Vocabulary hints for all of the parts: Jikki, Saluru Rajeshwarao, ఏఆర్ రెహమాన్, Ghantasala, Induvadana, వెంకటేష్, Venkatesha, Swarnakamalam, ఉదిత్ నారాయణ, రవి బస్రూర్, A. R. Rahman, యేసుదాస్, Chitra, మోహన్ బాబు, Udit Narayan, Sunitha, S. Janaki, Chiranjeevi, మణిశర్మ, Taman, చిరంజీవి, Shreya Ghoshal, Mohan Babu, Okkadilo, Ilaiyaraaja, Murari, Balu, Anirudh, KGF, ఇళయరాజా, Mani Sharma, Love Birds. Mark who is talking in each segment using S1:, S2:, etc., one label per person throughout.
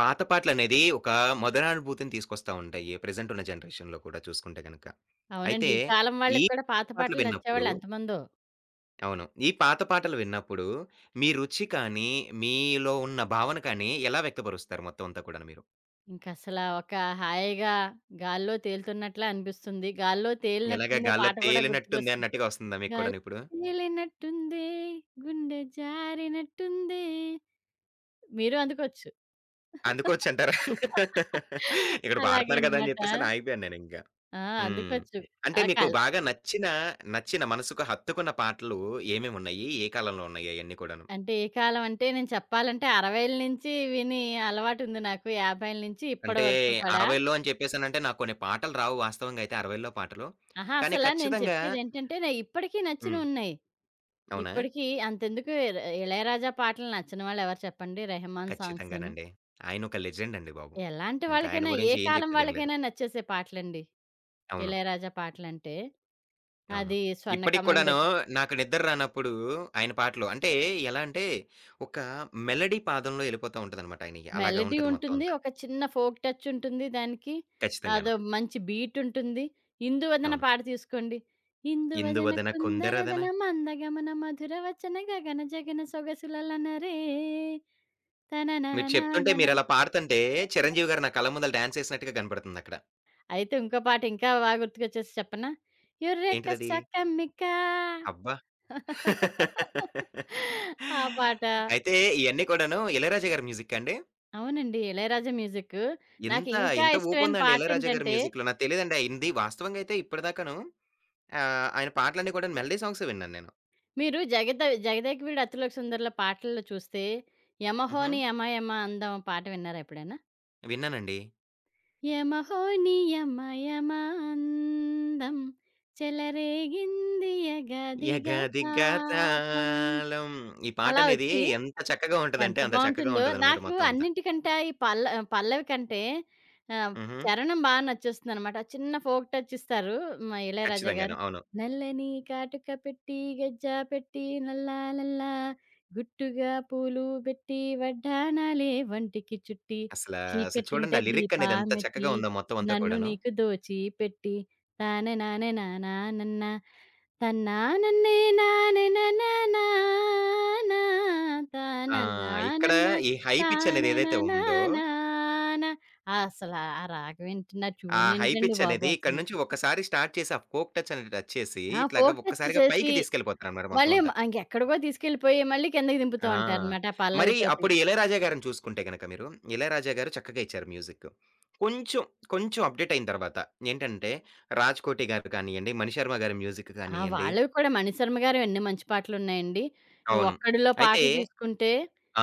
S1: పాత పాటలనేది ఒక మధురానుభూతిని తీసుకొస్తా ఉంటాయి. Present ఉన్న జనరేషన్‌లో కూడా చూసుకుంటే గనక.
S2: అవునండి.
S1: అయితే
S2: ఈ కాలం
S1: ఈ
S2: వాళ్ళకి కూడా పాత
S1: పాటలు
S2: పాటలు
S1: విన్నప్పుడు
S2: నచ్చేవాళ్ళు ఎంతమందో.
S1: అవును. ఈ పాత పాటలు విన్నప్పుడు మీ రుచి కానీ, మీలో ఉన్న భావన కానీ ఎలా వ్యక్తపరుస్తారు మొత్తం అంతా కూడాను మీరు?
S2: ఇంకసల ఒక హాయిగా గాల్లో తేలుతున్నట్లా అనిపిస్తుంది. గాల్లో
S1: ఎలాగా
S2: తేలినట్టుందే
S1: గాల్లో
S2: పాట కూడా
S1: తేలినట్టుంది
S2: గుర్తుకొస్తుంది.
S1: అన్నట్టుగా వస్తుందా మీకు
S2: గాల్లో
S1: కూడాను ఇప్పుడు?
S2: తేలినట్టుందే, గుండె జారినట్టుందే. మీరు అందుకోచ్చు.
S1: అందుకోవచ్చంటారా? ఇక్కడ పాడుతున్నారు కదా అని
S2: అలాగనమాట.
S1: చెప్పేసని ఆగిపోయాను నేనింకా.
S2: ఆ!
S1: హ్మ్.
S2: అందుకోచ్చు.
S1: అంటే
S2: ఆ!
S1: మీకు బాగా నచ్చిన, నచ్చిన మనసుకు హత్తుకున్న పాటలు ఏమేమున్నాయి? ఏ కాలంలో ఉన్నాయి అయన్నీ కూడాను?
S2: అంటే ఏ కాలం అంటే నేను చెప్పాలంటే 60ల నుంచి విని అలవాటుంది నాకు. 50ల నుంచి ఇప్పటి
S1: అంటే
S2: వరకు కూడా.
S1: 60లో అని చెప్పేసనంటే నాకు కొన్ని పాటలు రావు వాస్తవంగా అయితే 60లో పాటలు.
S2: అహా!
S1: కానీ
S2: అసల నేను
S1: ఖచ్చితంగా
S2: చెప్పేదేంటంటే, నే ఇప్పటికి
S1: హ్మ్.
S2: నచ్చినున్నాయి.
S1: అవునా?
S2: ఇప్పటికి అంతెందుకు ఇళయరాజా పాటలు నచ్చని వాళ్ళెవరు చెప్పండి? రెహమాన్ సాంగ్సును.
S1: ఖచ్చితంగానండి. ఆయనొక లెజెండ్ అండి బాబు.
S2: ఎలాంటి
S1: ఇంకా ఆయన
S2: వాళ్ళకైనా, ఏ
S1: గురించి ఏం
S2: కాలం
S1: చెప్పేదేం లేదు.
S2: వాళ్ళకైనా నచ్చేసే పాటలండి.
S1: అవును.
S2: ఇళయరాజా పాటలంటే.
S1: అవును.
S2: అది
S1: ఇప్పటికి
S2: 'స్వర్ణకమలం'
S1: కూడాను
S2: దగ్గర
S1: నాకు నిద్ర రానప్పుడు ఆయన పాటలు అంటే ఎలా అంటే ఒక మెలోడీ పాదంలో ఎళ్ళిపోతా ఉంటదనమాట ఆయనయి. అలాగే
S2: మెలోడీ
S1: ఉంటది మొత్తం
S2: ఉంటుంది.
S1: అంతా.
S2: ఒక చిన్న ఫోక్ టచ్ ఉంటుంది దానికి.
S1: ఖచ్చితంగాను.
S2: అదో మంచి బీటుంది. 'ఇందువదన'
S1: అవును.
S2: పాట తీసుకోండి. ఇందువదన
S1: "ఇందువదన కుందరదన"
S2: కుందరదన మందగమన మధురవచన గగన జగన సొగసులలనరే
S1: మీరు చెప్తుంటే
S2: తననననానన.
S1: మీరలా పాడుతంటే చిరంజీవి గారు నా కళ్ళ ముందల డాన్స్ ఏసినట్టుగా కనపడుతుందక్కడ.
S2: అయితే ఇంకో పాట ఇంకా బాగా గుర్తుకొచ్చేసి చెప్పనా? 'యుర్రెక
S1: ఏంటిదది?
S2: సకమిక'
S1: అబ్బా!
S2: ఆ పాట.
S1: అయితే ఇయన్నీ కూడాను 'ఇళయరాజా' గారి మ్యూజిక్కా అండి?
S2: అవునండి. ఇళయరాజా మ్యూజిక్. నాకు
S1: ఎంత
S2: ఇంకా
S1: ఎంత
S2: ఇష్టమైన
S1: ఓపుందండి 'ఇళయరాజా' గారి
S2: పాటేంటంటే,
S1: మ్యూజిక్‌లో. నాకు తెలీదండి. అయింది వాస్తవంగా అయితే ఇప్పటిదాకాను ఆహ్, ఆయన పాటలన్నీ కూడా మెలోడీ సాంగ్సే విన్నాను నేను.
S2: మీరు జగత 'జగదేకవీడు అతిలోక సుందరి'లో పాటల్లో చూస్తే
S1: హుహు.
S2: 'యమహోని యమయమ అందం' పాట విన్నారా ఎప్పుడైనా?
S1: విన్నానండి.
S2: యమహోని యమయమ అందం చెలరేగింది ఎగదిగ
S1: 'యగదిగ
S2: తాపం.
S1: తాళం' ఈ
S2: అలా
S1: పాటనేది
S2: వచ్చి
S1: ఎంత చక్కగా
S2: ఎంత
S1: ఉంటదంటే అంత చక్కగా
S2: బావుంటుందో!
S1: ఉంటదనమాట
S2: నాకు
S1: మొత్తం అంతా.
S2: అన్నింటికంటే ఈ పల్లవి కంటే ఆహ్,
S1: హుహు.
S2: చరణం బా నచ్చేస్తుందనమాట. చిన్న ఫోక్ టచ్ ఇస్తారు మా ఇళయరాజా గారు.
S1: ఖచ్చితంగాను. అవును.
S2: నల్లని కాటుక పెట్టి గజ్జా పెట్టి నల్లా లల్లా గుట్టుగా పూలు బెట్టి వడ్డాణాలే వంటికి చుట్టి
S1: అసలా అసలు
S2: చీకటింట
S1: చూడండి ఆ లిరిక్ అనేది ఎంత చక్కగా
S2: దీపామెట్టి
S1: ఉందో మొత్తం అంతా
S2: నన్ను
S1: కూడాను.
S2: నీకు దోచి పెట్టి తానె నానె నానా నన్నా తన్నానన్నే నానెననానా నా
S1: ఆ! ఇక్కడ
S2: తానన్నానన్న
S1: ఈ హై పిచ్ అనేది ఏదైతే ఉందో
S2: తానెననానాన. అసల ఆ రాగం ఏంటండి? ఆ
S1: ఆ
S2: ట్యూన్
S1: హై
S2: ఏంటండి
S1: పిచ్
S2: బాబు
S1: అనేది ఇక్కడి
S2: అసలు?
S1: నుంచి ఒక్కసారి స్టార్ట్ చేసి ఆ ఫోక్ టచ్ అనేది టచ్ చేసి
S2: ఆ!
S1: ఇట్లాగా
S2: ఫోక్ టచ్
S1: ఒక్కసారిగా
S2: చేసి
S1: పైకి తీసుకెళ్ళిపోతారనమాట మొత్తం
S2: మళ్ళీ
S1: అంతా.
S2: ఇంకెక్కడికో తీసుకెళ్ళిపోయి మళ్ళీ కిందకి దింపుతూ
S1: ఆ!
S2: ఉంటారనమాట ఆ
S1: మరి
S2: పల్లవితోటి.
S1: అప్పుడు 'ఇళయరాజా' గారిని చూసుకుంటే గనక మీరు 'ఇళయరాజా' గారు చక్కగా ఇచ్చారు మ్యూజిక్. కొంచెం, కొంచెం అప్‌డేట్ అయిన తర్వాత ఏంటంటే 'రాజ్‌కోటి' గారు కానియండి, 'మణిశర్మ' గారి మ్యూజిక్
S2: ఆ!
S1: కానియండి
S2: వాళ్ళవి కూడా మణిశర్మ గారివి ఎన్ని మంచి పాటలున్నాయండి.
S1: అవును.
S2: 'ఒక్కడిలో'
S1: అయితే
S2: పాటలు తీసుకుంటే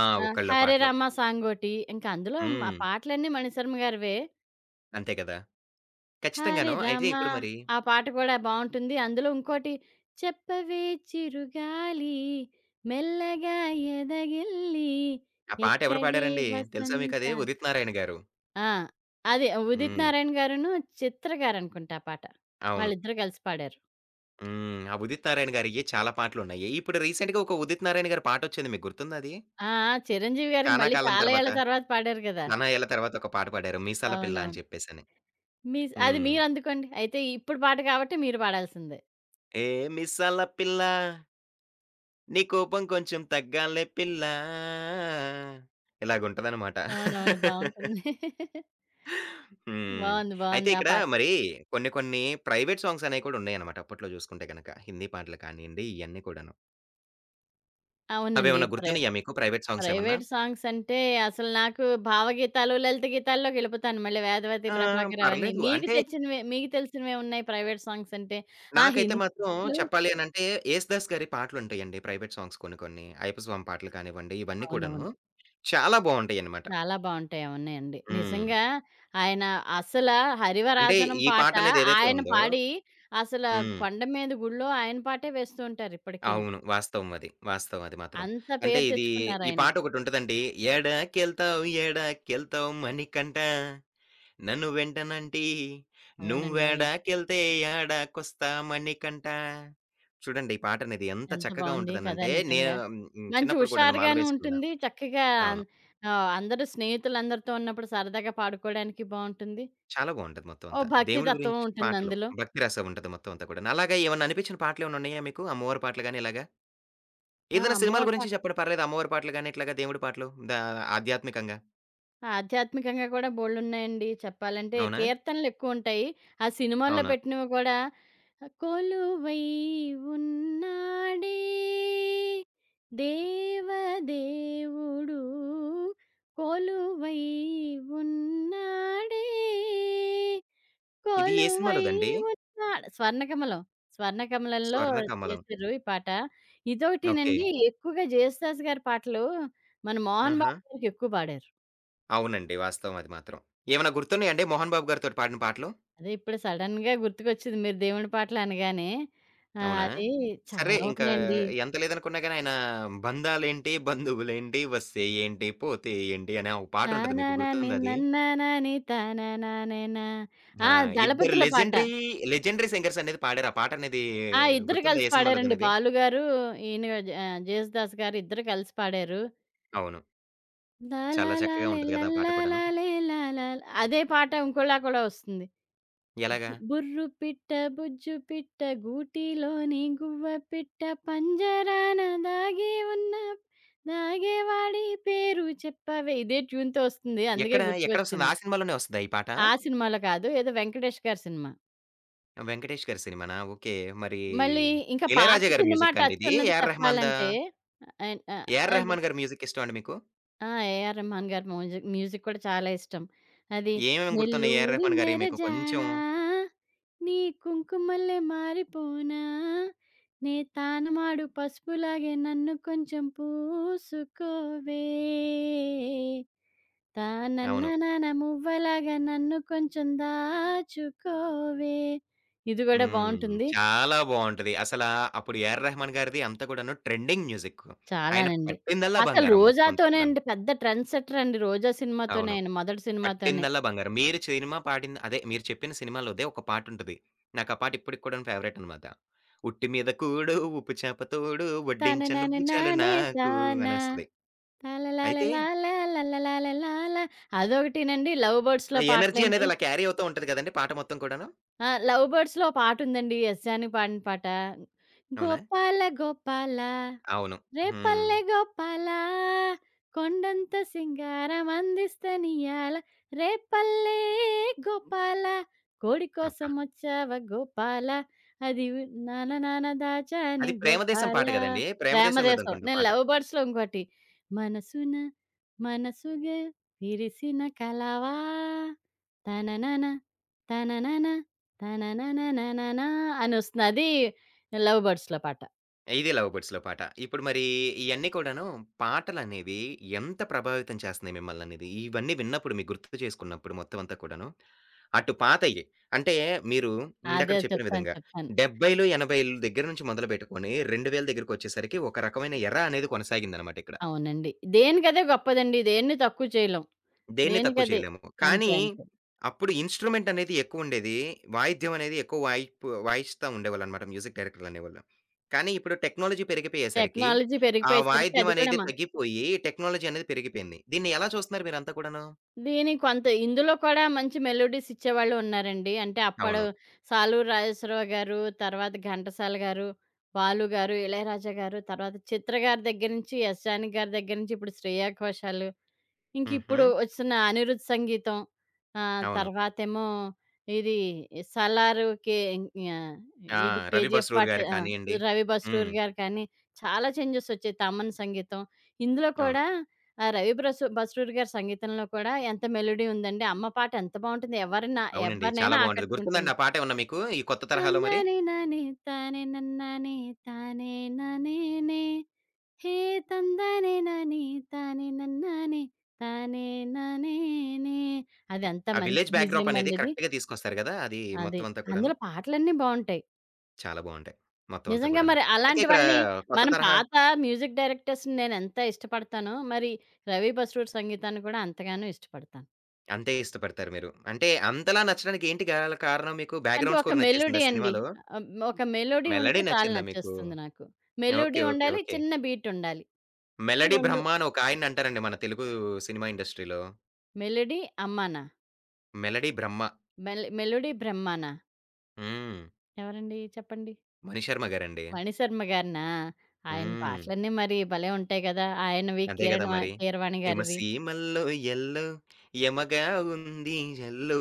S1: ఆ! ఒక్కళ్ళో
S2: 'హరే
S1: పాటలో.
S2: రామ' సాంగోటి. ఇంక అందులో ఆ
S1: హ్మ్.
S2: పాటలన్నీ మణిశర్మ గారివే.
S1: అంతే కదా!
S2: హరే
S1: ఖచ్చితంగాను. అయితే
S2: రామ!
S1: ఇప్పుడు మరి
S2: ఆ పాట కూడా బావుంటుంది. అందులో ఇంకోటి చెప్పవే చిరుగాలి మెల్లగా ఎదగిల్లి
S1: ఆ పాట ఎవరు
S2: ఎక్కడే
S1: పాడారండి తెలుసా
S2: వసంత.
S1: మీకది? ఉదిత్ నారాయణ గారు.
S2: ఆ! అదే ఉదిత్
S1: హ్మ్.
S2: నారాయణ గారును, చిత్ర గారనుకుంటా ఆ పాట.
S1: అవును.
S2: వాళ్ళిద్దరూ కలిసి పాడారు.
S1: హ్మ్. ఆ 'ఉదిత్ నారాయణ' గారియ్యే చాలా పాటలున్నాయి. ఇప్పుడు రీసెంట్‌గా ఒక 'ఉదిత్ నారాయణ' గారి పాటొచ్చింది. మీకు గుర్తుందా అది?
S2: ఆ! ఆ! చిరంజీవి గారికి
S1: చానా
S2: మళ్ళీ
S1: కాలం
S2: చాలా
S1: తర్వాత,
S2: ఏళ్ల తర్వాత పాడారు గదా!
S1: చానా ఏళ్ల తర్వాత ఒక పాట పాడారు. 'మీసాల పిల్ల' అని
S2: అవునవును.
S1: చెప్పేసని.
S2: మీస్ అది
S1: హ్మ్.
S2: మీరందుకోండి. అయితే ఇప్పుడు పాట కాబట్టి మీరు పాడాల్సిందే.
S1: ఏ మీసాల పిల్ల నీ కోపం కొంచెం తగ్గాలే పిల్ల ఇలాగుంటదనమాట.
S2: అవునవును. బావుంటుంది.
S1: హ్మ్.
S2: బావుంది.
S1: అయితే
S2: బావుంది. ఆ
S1: ఇక్కడ
S2: పాట.
S1: మరి కొన్ని కొన్ని ప్రైవేట్ సాంగ్స్ అనేవి కూడా ఉన్నాయన్నమాట అప్పట్లో చూసుకుంటే గనక. హిందీ పాటలు కానియండి ఇయన్నీ కూడాను.
S2: అవునండి.
S1: అవేమన్నా గుర్తున్నాయా మీకు ప్రైవేట్ సాంగ్స్ ఏమన్నా?
S2: ప్రైవేట్ సాంగ్స్ అంటే అసలు నాకు భావగీతాలు, లలిత గీతాల్లోకి వెళ్ళిపోతాను. మళ్ళీ 'వేదవతి',
S1: ఆ!
S2: 'ప్రభాకర్' అవన్నీ.
S1: పర్లేదు.
S2: మీకు
S1: అంటే
S2: తెచ్చినవే మీకు తెలిసినవే ఉన్నాయి ప్రైవేట్ సాంగ్స్ అంటే. ఆ
S1: నాకైతే
S2: హిందీ
S1: మాత్రం
S2: పాటలు.
S1: చెప్పాలి అనంటే, 'యేసుదాస్' గారి పాటలుంటాయండి. ప్రైవేట్ సాంగ్స్ కొన్ని కొన్ని. అయ్యప్పస్వామి పాటలు కానివ్వండి, ఇవన్నీ కూడాను
S2: అవునవును.
S1: చాలా బావుంటాయనమాట.
S2: చాలా బావుంటాయి. అవున్నాయండి.
S1: హ్మ్.
S2: నిజంగా ఆయన అసల
S1: అంటే
S2: 'హరివరాసనం'
S1: ఈ
S2: పాట
S1: పాటనేది ఏదైతే
S2: ఆయన
S1: ఉందో
S2: పాడి అసల
S1: హ్మ్.
S2: కొండ మీద గుడిలో ఆయన పాటే వేస్తూ ఉంటారు ఇప్పటికీను.
S1: అవును. వాస్తవం అది. వాస్తవం అది మాత్రం.
S2: అంత
S1: అంటే
S2: పేరు
S1: ఇది ఈ
S2: తెచ్చుకున్నారాయన.
S1: పాటొకటుంటదండి. "ఎడాకెళ్తావు ఎడాకెళ్తావు మణికంఠ నన్ను వెంటనంటి,
S2: అవునండోయ్!
S1: నువ్వెడాకెళ్తే యాడాకొస్తా మణికంఠ." చూడండి ఈ పాటనేది ఎంత
S2: ఎంత
S1: చక్కగా
S2: బావుంది కదా!
S1: ఉంటదనంటే,
S2: నిజంగా.
S1: నేను హ్మ్,
S2: మంచి
S1: చిన్నప్పుడు కూడాను మాల
S2: హుషారుగాను
S1: వేసుకున్న
S2: ఉంటుంది. చక్కగా అన్
S1: అవును.
S2: అందరూ స్నేహితులందరితో ఉన్నప్పుడు సరదాగా పాడుకోవడానికి బావుంటుంది.
S1: చాలా బావుంటది మొత్తం
S2: ఓ
S1: అంతా.
S2: భక్తి
S1: దేవుడి
S2: తత్వం
S1: గురించి
S2: ఉంటుంది
S1: పాటలు.
S2: అందులో.
S1: భక్తి రసం ఉంటది మొత్తం అంతా కూడాను. అలాగా ఏమన్నా అనిపించిన పాటలేమన్నా ఉన్నాయా మీకు? అమ్మవారి పాటలు గాని ఇలాగా?
S2: ఆ!
S1: ఏదైనా సినిమాల
S2: అమ్మవారి పాట
S1: గురించి చెప్పండి పర్లేదు. అమ్మవారి పాటలు గాని, ఇట్లాగా దేవుడి పాటలు దా ఆధ్యాత్మికంగా.
S2: ఆధ్యాత్మికంగా కూడా బోలెడున్నాయండి చెప్పాలంటే.
S1: అవునా?
S2: కీర్తనలెక్కువుంటాయి. ఆ సినిమాల్లో
S1: అవునా?
S2: పెట్టినవి కూడా కొలువై ఉన్నాడే దేవదేవుడు కొలువై ఉన్నాడే
S1: ఇది ఏ
S2: కొలువై
S1: సినిమాలోదండి?
S2: ఉన్నాడు. 'స్వర్ణకమలం'. 'స్వర్ణకమలంలో'
S1: 'స్వర్ణకమలం.'
S2: చేశారు ఈ పాట.
S1: ఓకే.
S2: ఇదొకటినండి ఎక్కువగా 'జేసుదాసు' గారి పాటలు మన 'మోహన్
S1: ఆహా!
S2: బాబు' గారికి ఎక్కువ పాడారు.
S1: అవునండి. వాస్తవం అది మాత్రం. ఏమన్నా గుర్తున్నాయండి 'మోహన్ బాబు' గారితోటి పాడిన పాటలు?
S2: అదే ఇప్పుడు సడెన్‌గా గుర్తుకొచ్చింది మీరు దేవుడి పాటలు అనగానే.
S1: అవునా?
S2: అది
S1: సరే
S2: చాలా
S1: ఇంకా
S2: ఉన్నాయండి.
S1: ఎంత లేదనుకున్నా గాని ఆయన బంధాలేంటి, బంధువులేంటి, వస్తే ఏంటి, పోతే ఏంటి అనే ఒక పాటుంటది మీకు
S2: 'తానానాని
S1: గుర్తుందా అది?
S2: నన్నానాని తానానానేనా'.
S1: ఆ!
S2: ఆ!
S1: ఇద్దరు
S2: 'దళపతిలో' పాట.
S1: లెజెండరీ, లెజెండరీ సింగర్స్ అనేది పాడారు. ఆ పాట అనేది
S2: ఆ! ఇద్దరు
S1: గుర్తుందా
S2: కలిసి
S1: ఏ
S2: పాడారండి.
S1: సినిమాలోదనేది?
S2: బాలు గారు, ఈయన 'జేసుదాసు' గారు ఇద్దరు కలిసి పాడారు.
S1: అవును.
S2: లా లా
S1: చాలా
S2: లా
S1: చక్కగా
S2: లే
S1: ఉంటది
S2: లా
S1: గదా! ఆ పాట
S2: లా లా
S1: కూడాను.
S2: లే లా లా ల. అదే పాట ఇంకోలా కూడా వస్తుంది. గు
S1: ఎలాగా?
S2: బుర్రు పిట్ట, బుజ్జు పిట్ట, గూటిలోని గువ్వ పిట్ట, పంజరాన దాగి ఉన్న దాగేవాడి పేరు చెప్పవే. ఇదే ట్యూన్‌తో వస్తుంది. అందుకే
S1: ఎక్కడ, ఎక్కడొస్తుంది?
S2: గుర్తుకొచ్చింది.
S1: ఆ సినిమాలోనే వస్తదా ఈ పాట?
S2: ఆ సినిమాలో కాదు. ఏదో వెంకటేష్ గారి సినిమా.
S1: 'వెంకటేష్' గారి సినిమానా? ఓకే. మరి
S2: మళ్ళీ ఇంకా పాత
S1: 'ఇళయరాజా' గారి
S2: సినిమా
S1: మ్యూజికా అండి
S2: టచ్
S1: ఇది?
S2: ఉన్నది
S1: ఏఆర్ రెహమాన్‌దా?
S2: చెప్పాలంటే ఆహ్, ఆహ్,
S1: ఏఆర్
S2: అది
S1: రెహమాన్ గారి మ్యూజిక్ ఇష్టమా అండి మీకు?
S2: ఆ! 'AR రెహమాన్' గారి మ్యూజిక్ మ్యూజిక్ కూడా చాలా ఇష్టం. అది
S1: ఏమేమి గుర్తున్నాయి ఏఆర్
S2: నెల్లూరి
S1: రెహమాన్ గారియి మీకు కొంచెం?
S2: నెరజాడా నీ కుంకుమల్లె మారిపోనా నే తానమాడు పసుపులాగే నన్ను కొంచెం పూసుకోవే
S1: అవును.
S2: తానన్ననాన మువ్వలాగా నన్ను కొంచెం దాచుకోవే. ఇది గూడా
S1: హ్మ్.
S2: బావుంటుంది.
S1: చాలా బావుంటది. అసలా అప్పుడు ఏఆర్ రెహమాన్ గారిది అంతా కూడాను ట్రెండింగ్ మ్యూజిక్. ఆయన
S2: చాలానండి.
S1: పట్టిందల్లా
S2: అసలు
S1: బంగారం మొత్తం అంతా
S2: రోజాతోనే
S1: కూడాను.
S2: అండి పెద్ద ట్రెండ్ సెట్టర్ అండి. 'రోజా' సినిమాతోనే
S1: అవును.
S2: ఆయన మొదటి సినిమాతోనే.
S1: పట్టిందల్లా బంగారం. మీరు సినిమా పాడింది అదే మీరు చెప్పిన సినిమాలోదే ఒక పాటుంటది. నాకా పాట ఇప్పటికి కూడాను ఫేవరైట్ అన్నమాట. ఉట్టి మీద కూడు, ఉప్పు చేప తోడు, వడ్డించ నువ్వు చాలు
S2: తననననానే
S1: నాకు
S2: తానా
S1: అనొస్తది. అయితే
S2: తాలలాలలాలాలలాలలాల. అదొకటేనండి. 'లవ్
S1: ఆ
S2: బర్డ్స్‌లో'
S1: ఎనర్జీ
S2: పాటలేంటి.
S1: అనేది అలా క్యారీ అవుతూ ఉంటది కదండీ పాట మొత్తం కూడాను.
S2: ఆ! 'లవ్ బర్డ్స్‌లో' ఓ పాటుందండి. S జానకి పాడిన పాట.
S1: అవునా?
S2: గోపాల గోపాల
S1: అవును. హ్మ్.
S2: రేపల్లె గోపాల కొండంత సింగారం అందిస్తనియాల రేపల్లె గోపాల కోడి
S1: అబ్బా!
S2: కోసం వచ్చావ గోపాల అది వి- నాన నాన దాచానే
S1: అది 'ప్రేమదేశం'
S2: గోపాల.
S1: పాట గదండీ!
S2: ప్రేమ దేశం
S1: 'ప్రేమదేశం'లోదనుకుంటా
S2: నేను
S1: పాట.
S2: లవ్ బర్డ్స్ లో ఇంకోటి మనసున మనసుగా విరిసిన కలవా తననన తననన తననన అని వస్తుంది అది లవ్ బర్డ్స్ లో పాట.
S1: ఇది 'లవ్ బర్డ్స్‌లో' పాట. ఇప్పుడు మరి ఇయన్నీ కూడాను పాటలనేవి ఎంత ప్రభావితం చేస్తున్నాయి మిమ్మల్ననేది, ఇవన్నీ విన్నప్పుడు మీకు గుర్తు చేసుకున్నప్పుడు మొత్తం అంతా కూడాను, అటు పాతయి అంటే మీరు
S2: అదే
S1: ఇందాకడ చెప్పిన
S2: చెప్తాను
S1: విధంగా
S2: చెప్తాను
S1: 70లు, 80ల దగ్గర నుంచి మొదలుపెట్టుకొని 2000 దగ్గరికొచ్చేసరికి ఒక రకమైన ఎర అనేది కొనసాగిందనమాట ఇక్కడ.
S2: అవునండి. దేనికదే గొప్పదండి. దేన్ని తక్కువ చేయలేం.
S1: దేన్ని తక్కువ
S2: దేనికదే.
S1: చేయలేము.
S2: అంతే.
S1: కానీ,
S2: అంతే.
S1: అప్పుడు ఇన్‌స్ట్రుమెంట్ అనేది ఎక్కువుండేది. వాయిద్యం అనేది ఎక్కువ వాయిపు వాయిస్తా ఉండేవాళ్ళనమాట మ్యూజిక్ డైరెక్టర్‌లనేవాళ్ళు. కానీ, ఇప్పుడు టెక్నాలజీ పెరిగిపోయేసరికి,
S2: టెక్నాలజీ
S1: ఆ
S2: పెరిగిపోయేసరికి
S1: వాయిద్యం
S2: అది కూడా
S1: అనేది తగ్గిపోయి, టెక్నాలజీ అనేది పెరిగిపోయింది. దీన్ని ఎలా చూస్తున్నారు మీరంతా కూడాను?
S2: దీనికి కొంత ఇందులో కూడా మంచి మెలోడీస్ ఇచ్చేవాళ్ళు ఉన్నారండి. అంటే అప్పుడు
S1: అవును.
S2: 'సాలూరు రాజేశ్వరరావు' గారు, తర్వాత 'ఘంటసాల' గారు, 'బాలు' గారు, 'ఇళయరాజా' గారు, తర్వాత 'చిత్ర' గారి దగ్గర నుంచి 'ఎస్. జానకి' గారి దగ్గర నుంచి ఇప్పుడు 'శ్రేయ ఘోషాల్'
S1: హుహు.
S2: ఇంకిప్పుడు వచ్చిన 'అనిరుద్ సంగీతం'
S1: అవును.
S2: తర్వాతేమో ఇది 'సలారు' కే ఆహ్,
S1: ఆ!
S2: ఇది
S1: 'రవి
S2: 'KGF'
S1: బస్రూర్'
S2: పాట.
S1: గారు
S2: ఆ!
S1: కానియండి.
S2: రవి
S1: హ్మ్.
S2: బస్రూర్ గారు కానీ, చాలా చేంజెస్ వచ్చాయి. 'తమన్' సంగీతం. ఇందులో
S1: అవును.
S2: కూడా రవి బస్రూర్ గారి సంగీతంలో కూడా ఎంత మెలోడీ ఉందండి. 'అమ్మ' పాట ఎంత బావుంటుంది. ఎవరినా
S1: అవునండి. చాలా
S2: ఎవరినైనా
S1: బావుంటది.
S2: ఆకట్టుకుంటుంది.
S1: గుర్తుందండి ఆ పాటేమన్నా మీకు? ఈ కొత్త తరహాలో మరి?
S2: తందనే నానే తానే నన్నానే తానే ననేనే హే తందనే నానే తానే నన్నానే తానే నానేనే. అది అంత
S1: ఆ
S2: మంచి
S1: విలేజ్ బ్యాక్‌డ్రాప్
S2: BGM
S1: అనేది
S2: అండి అది.
S1: కరెక్ట్‌గా తీసుకొస్తారు గదా! అది
S2: అది.
S1: మొత్తం అంతా కూడాను.
S2: అందులో పాటలన్నీ బావుంటాయి.
S1: చాలా బావుంటాయి. మొత్తం అంతా
S2: నిజంగా
S1: కూడాను.
S2: మరి
S1: అయితే
S2: అలాంటి
S1: ఇక్కడ
S2: వాళ్ళని
S1: కొత్త
S2: మనం
S1: తరహా
S2: పాత మ్యూజిక్ డైరెక్టర్స్‌ని నేనెంత ఇష్టపడతానో, మరి రవి బస్రూర్ సంగీతాన్ని కూడా అంతగానో ఇష్టపడతాను.
S1: అంతే ఇష్టపడతారు మీరు. అంటే అంతలా నచ్చడానికి ఏంటి గల కారణం మీకు
S2: అంటే
S1: బ్యాక్‌గ్రౌండ్
S2: ఒక
S1: స్కోర్
S2: మెలోడీ
S1: నచ్చేసిందా
S2: అండి.
S1: సినిమాలో?
S2: ఒక మెలోడీ ఉంటే
S1: మెలోడీ
S2: చాలు
S1: నచ్చిందా మీకు?
S2: నచ్చేస్తుంది నాకు. Melody
S1: okay. ఓకే.
S2: ఉండాలి,
S1: ఓకే.
S2: చిన్న బీట్ ఉండాలి. ఈ
S1: 'మెలోడీ
S2: 2
S1: బ్రహ్మ' అని ఒకాయన్నంటారండి మన తెలుగు సినిమా ఇండస్ట్రీలో.
S2: మెలోడీ అమ్మానా?
S1: 'మెలోడీ బ్రహ్మ'
S2: మెలోడీ బ్రహ్మానా?
S1: హ్మ్.
S2: ఎవరండి చెప్పండి?
S1: మణిశర్మ గారండి.
S2: మణిశర్మ గారినా? ఆయన
S1: హ్మ్.
S2: పాటలన్నీ మరి భలే ఉంటాయి కదా! ఆయనవి,
S1: అదే గదా
S2: కీరణ
S1: మరి.
S2: కీరవాణి గారివి.
S1: హిమసీమల్లో ఎల్లో యమగా ఉంది ఎల్లో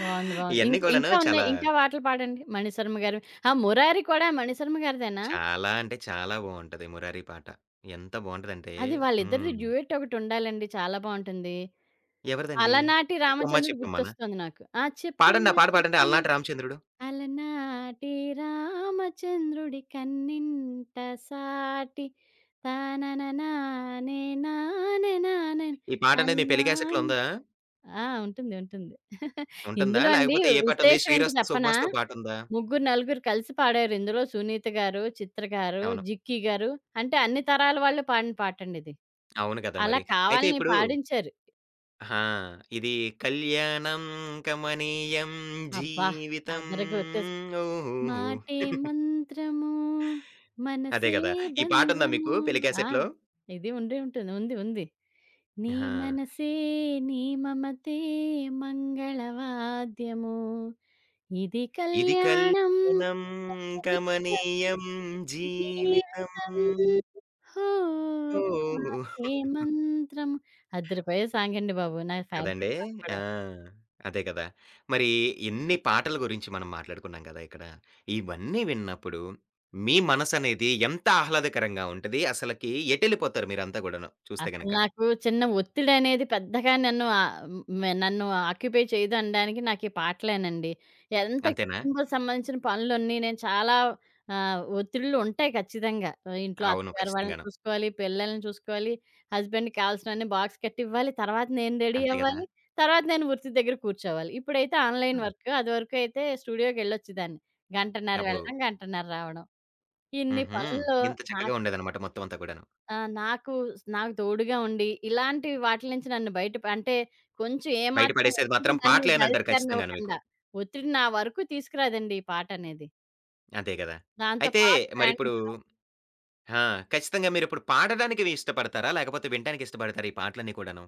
S2: బావుంది. బావుంది. ఇం
S1: ఇయన్నీ కూడాను
S2: ఇంకా ఉన్నాయి.
S1: చాలా
S2: ఇంకా పాటలు పాడండి. మణిశర్మ గారివి. ఆ! 'మురారి' కూడా మణిశర్మ గారిదేనా?
S1: చాలా అంటే చాలా బావుంటది 'మురారి' పాట. ఎంత బావుంటదంటే
S2: అది వాళ్ళిద్దరిది
S1: హ్మ్.
S2: డ్యూయెట్ ఒకటుండాలండి. చాలా బావుంటుంది.
S1: ఎవరిదండి?
S2: 'అలనాటి
S1: 'చెప్పమ్మా
S2: రామచంద్రుడు'
S1: చెప్పమ్మనా?'
S2: గుర్తొస్తుంది నాకు. ఆ! చెప్పమ్మ
S1: పాడండి ఆ పాట పాడండి
S2: చెప్పమ్మ
S1: 'అలనాటి రామచంద్రుడు.'
S2: అలనాటి రామచంద్రుడి కన్నింట సాటి తానననానే నానె నానెన్
S1: ఈ పాట అనేది మీ పెళ్లి క్యాసెట్‌లో
S2: అన్నాన్.
S1: ఉందా?
S2: ఆ! ఉంటుంది. ఉంటుంది.
S1: ఉంటుందా?
S2: ఇందులో అండి
S1: లేకపోతే ఏ పాటుంది?
S2: విశేషం ఏంటో
S1: 'శ్రీరస్తు
S2: చెప్పనా?
S1: శుభమస్తు' పాటుందా?
S2: ముగ్గురు, నలుగురు కలిసి పాడారు. ఇందులో సునీత గారు, చిత్ర గారు,
S1: అవును.
S2: జిక్కీ గారు అంటే అన్ని తరాల వాళ్ళు పాడిన పాటండిది.
S1: అవును కదా!
S2: అలా
S1: మరి. అయితే
S2: కావాలని
S1: ఇప్పుడు
S2: పాడించారు.
S1: ఆ! ఇది కళ్యాణం కమనీయం
S2: అబ్బా!
S1: జీవితం
S2: అదర గొట్టేసి
S1: ఓహోహో!
S2: మాటే మంత్రము
S1: అదే
S2: మనసే
S1: గదా! ఈ పాటుందా మీకు
S2: బంధము.
S1: పెళ్లి
S2: ఆ!
S1: క్యాసెట్‌లో?
S2: ఇది ఉండి ఉంటుంది. ఉంది. ఉంది. నీ
S1: ఆ!
S2: మనసే నీ మమతే మంగళవాద్యము. ఇది
S1: ఇది
S2: కళ్యాణం
S1: కల్పనం
S2: కావ్యం
S1: కమనీయం జీవితం.
S2: జీవితం హో
S1: ఓహ్!
S2: మాటే మంత్రం. అద్దరిపోయే సాంగ్ అండి బాబు. నా
S1: కదండీ!
S2: ఫేవరెట్ సాంగ్
S1: ఆ!
S2: కూడా.
S1: అదే కదా! మరి ఇన్ని పాటల గురించి మనం మాట్లాడుకున్నాం కదా ఇక్కడ. ఇవన్నీ విన్నప్పుడు మీ మనసనేది ఎంత ఆహ్లాదకరంగా ఉంటది? అసలకి ఎటెళ్ళిపోతారు మీరంతా గూడాను చూస్తే
S2: అసలు
S1: గనక.
S2: నాకు చిన్న ఒత్తిడనేది పెద్దగా నన్ను నన్ను ఆక్యుపై చేయదు అనడానికి నాకు ఈ పాటలేనండి. ఎంత
S1: అంతేనా?
S2: కుటుంబం సంబంధించిన పనులన్నీ నేను చాలా ఒత్తిడులు ఉంటాయి ఖచ్చితంగా. ఆ, ఇంట్లో
S1: అవును.
S2: అత్తగారు వాళ్ళని
S1: ఖచ్చితంగాను.
S2: చూసుకోవాలి, పిల్లల్ని చూసుకోవాలి, హస్బెండ్‌కి కావాల్సినవన్నీ బాక్స్ కట్టివ్వాలి, తర్వాత నేను రెడీ
S1: అంతే గదా!
S2: అవ్వాలి, తర్వాత నేను వృత్తి దగ్గర కూర్చోవాలి. ఇప్పుడైతే ఆన్‌లైన్
S1: అవును.
S2: వర్క్. అదివరకైతే స్టూడియోకెళ్ళొచ్చేదాన్ని. గంటన్నర
S1: అబ్బో!
S2: వెళ్ళడం, గంటన్నర రావడం. ఇన్ని
S1: హుహు.
S2: పనుల్లో
S1: ఇంత
S2: నా
S1: చక్కగా ఉండేదనమాట మొత్తం అంతా కూడాను.
S2: ఆ! నాకు నాకు తోడుగా ఉండి, ఇలాంటి వాటిల నుంచి నన్ను బయట అంటే కొంచెం
S1: బయట
S2: ఏమాత్రం
S1: పడేసేది
S2: ఒత్తిడి
S1: మాత్రం
S2: నన్ను
S1: పాటలేనంటారు ఖచ్చితంగాను మీకు.
S2: దరిచేరనివ్వకుండా, ఒత్తిడి నా వరకు తీసుకురాదండి ఈ పాటనేది.
S1: అంతే కదా!
S2: దాంతో
S1: అయితే
S2: పాటు
S1: మరిప్పుడు
S2: ప్రయాణించడం.
S1: ఆ! ఖచ్చితంగా మీరిప్పుడు పాడడానికి ఇష్టపడతారా? లేకపోతే వినడానికి ఇష్టపడతారా ఈ పాటలన్నీ కూడాను?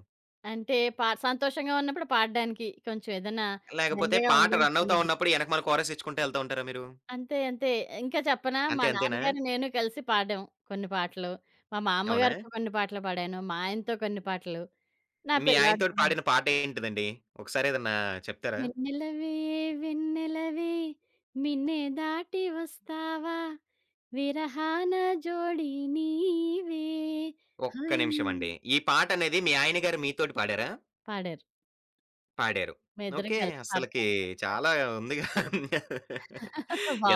S2: అంటే సంతోషంగా ఉన్నప్పుడు పాడడానికి కొంచెం ఏదైనా
S1: లేకపోతే
S2: బెంగగా
S1: పాట రన్ అవుతా
S2: ఉందనుకోండి
S1: ఉన్నప్పుడు ఎనకమాల కోరస్ ఇచ్చుకుంటా ఎళ్తా ఉంటారా మీరు?
S2: అంతే అంతే. ఇంకా చెప్పనా? మా
S1: అంతే అంతేనా?
S2: నాన్నగారు నేను కలిసి పాడాం కొన్ని పాటలు. మా
S1: అవునా?
S2: మామ్మగారితో కొన్ని పాటలు పాడాను. మా ఆయనతో కొన్ని పాటలు. నా
S1: మీ
S2: పిల్లాడితో
S1: ఆయనతోటి
S2: కొన్ని
S1: పాడిన పాట ఏంటిదండి? ఒకసారి ఏదన్నా చెప్తారా?
S2: వెన్నెలవే వెన్నెలవే మిన్నే దాటి వస్తావా విరహాన జోడి నీవే
S1: ఒక్క
S2: హాయ్
S1: నిమిషం అండి. ఈ పాటనేది మీ ఆయన గారు మీతోటి పాడారా?
S2: పాడారు.
S1: పాడారు.
S2: మా ఇద్దరం
S1: ఓకే.
S2: కలిసి పాడతాం
S1: అస్సలకి
S2: ఒకటి పాట.
S1: చాలా ఉందిగా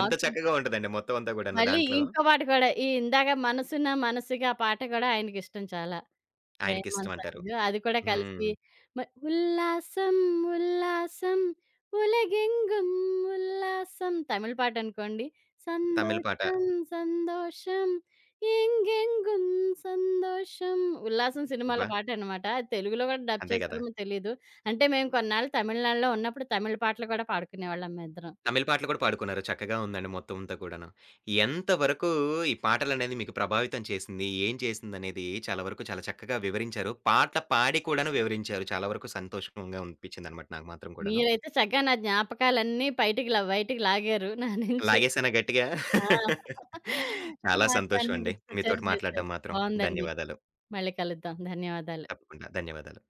S1: ఎంత చక్కగా ఉంటదండి మొత్తం అంతా కూడాను
S2: మళ్ళీ
S1: దాంట్లో.
S2: ఇంకో పాట కూడా ఈ ఇందాక మనసున మనసుగా పాట కూడా ఆయనకి ఇష్టం చాలా. 'రెహమాన్'
S1: ఆయనకిష్టం అంటారు.
S2: సాంగ్. అది కూడా కలిసి
S1: హ్మ్.
S2: మ ఉల్లాసం ఉల్లాసం ఉలగెంగుం ఉల్లాసం తమిళ్ పాటనుకోండి.
S1: తమిళ్ పాట.
S2: సంతోషం సంతోషం ఎంగెంగుం సంతోషం. 'ఉల్లాసం' సినిమాలో
S1: అబ్బా!
S2: పాటనమాట. అది తెలుగులో కూడా డబ్
S1: అంతే గదా!
S2: చేశారేమో తెలీదు. అంటే మేము కొన్నాళ్ళు తమిళనాడులో ఉన్నప్పుడు తమిళ్ పాటలు కూడా పాడుకునేవాళ్ళం మేమిద్దరం.
S1: తమిళ్ పాటలు కూడా పాడుకున్నారు. చక్కగా ఉందండి మొత్తం అంతా కూడాను. ఎంత వరకు ఈ పాటలనేది మీకు ప్రభావితం చేసింది? ఏం చేసిందనేది చాలా వరకు చాలా చక్కగా వివరించారు. పాట పాడి కూడాను వివరించారు. చాలా వరకు సంతోషంగా అనిపించిందనమాట నాకు మాత్రం కూడాను.
S2: మీరైతే చక్కగా నా జ్ఞాపకాలన్నీ బయటికి లాగారు నా నుంచి.
S1: లాగేసానా గట్టిగా?
S2: ఆ!
S1: చాలా
S2: నాకు
S1: సంతోషం
S2: అన్నీ
S1: అండి.
S2: గుర్తొచ్చేలా
S1: మీతోటి
S2: చేశారు.
S1: మాట్లాడడం మాత్రం.
S2: బావుందండి.
S1: ధన్యవాదాలు.
S2: మళ్ళీ కలుద్దాం. ధన్యవాదాలు.
S1: తప్పకుండా. ధన్యవాదాలు.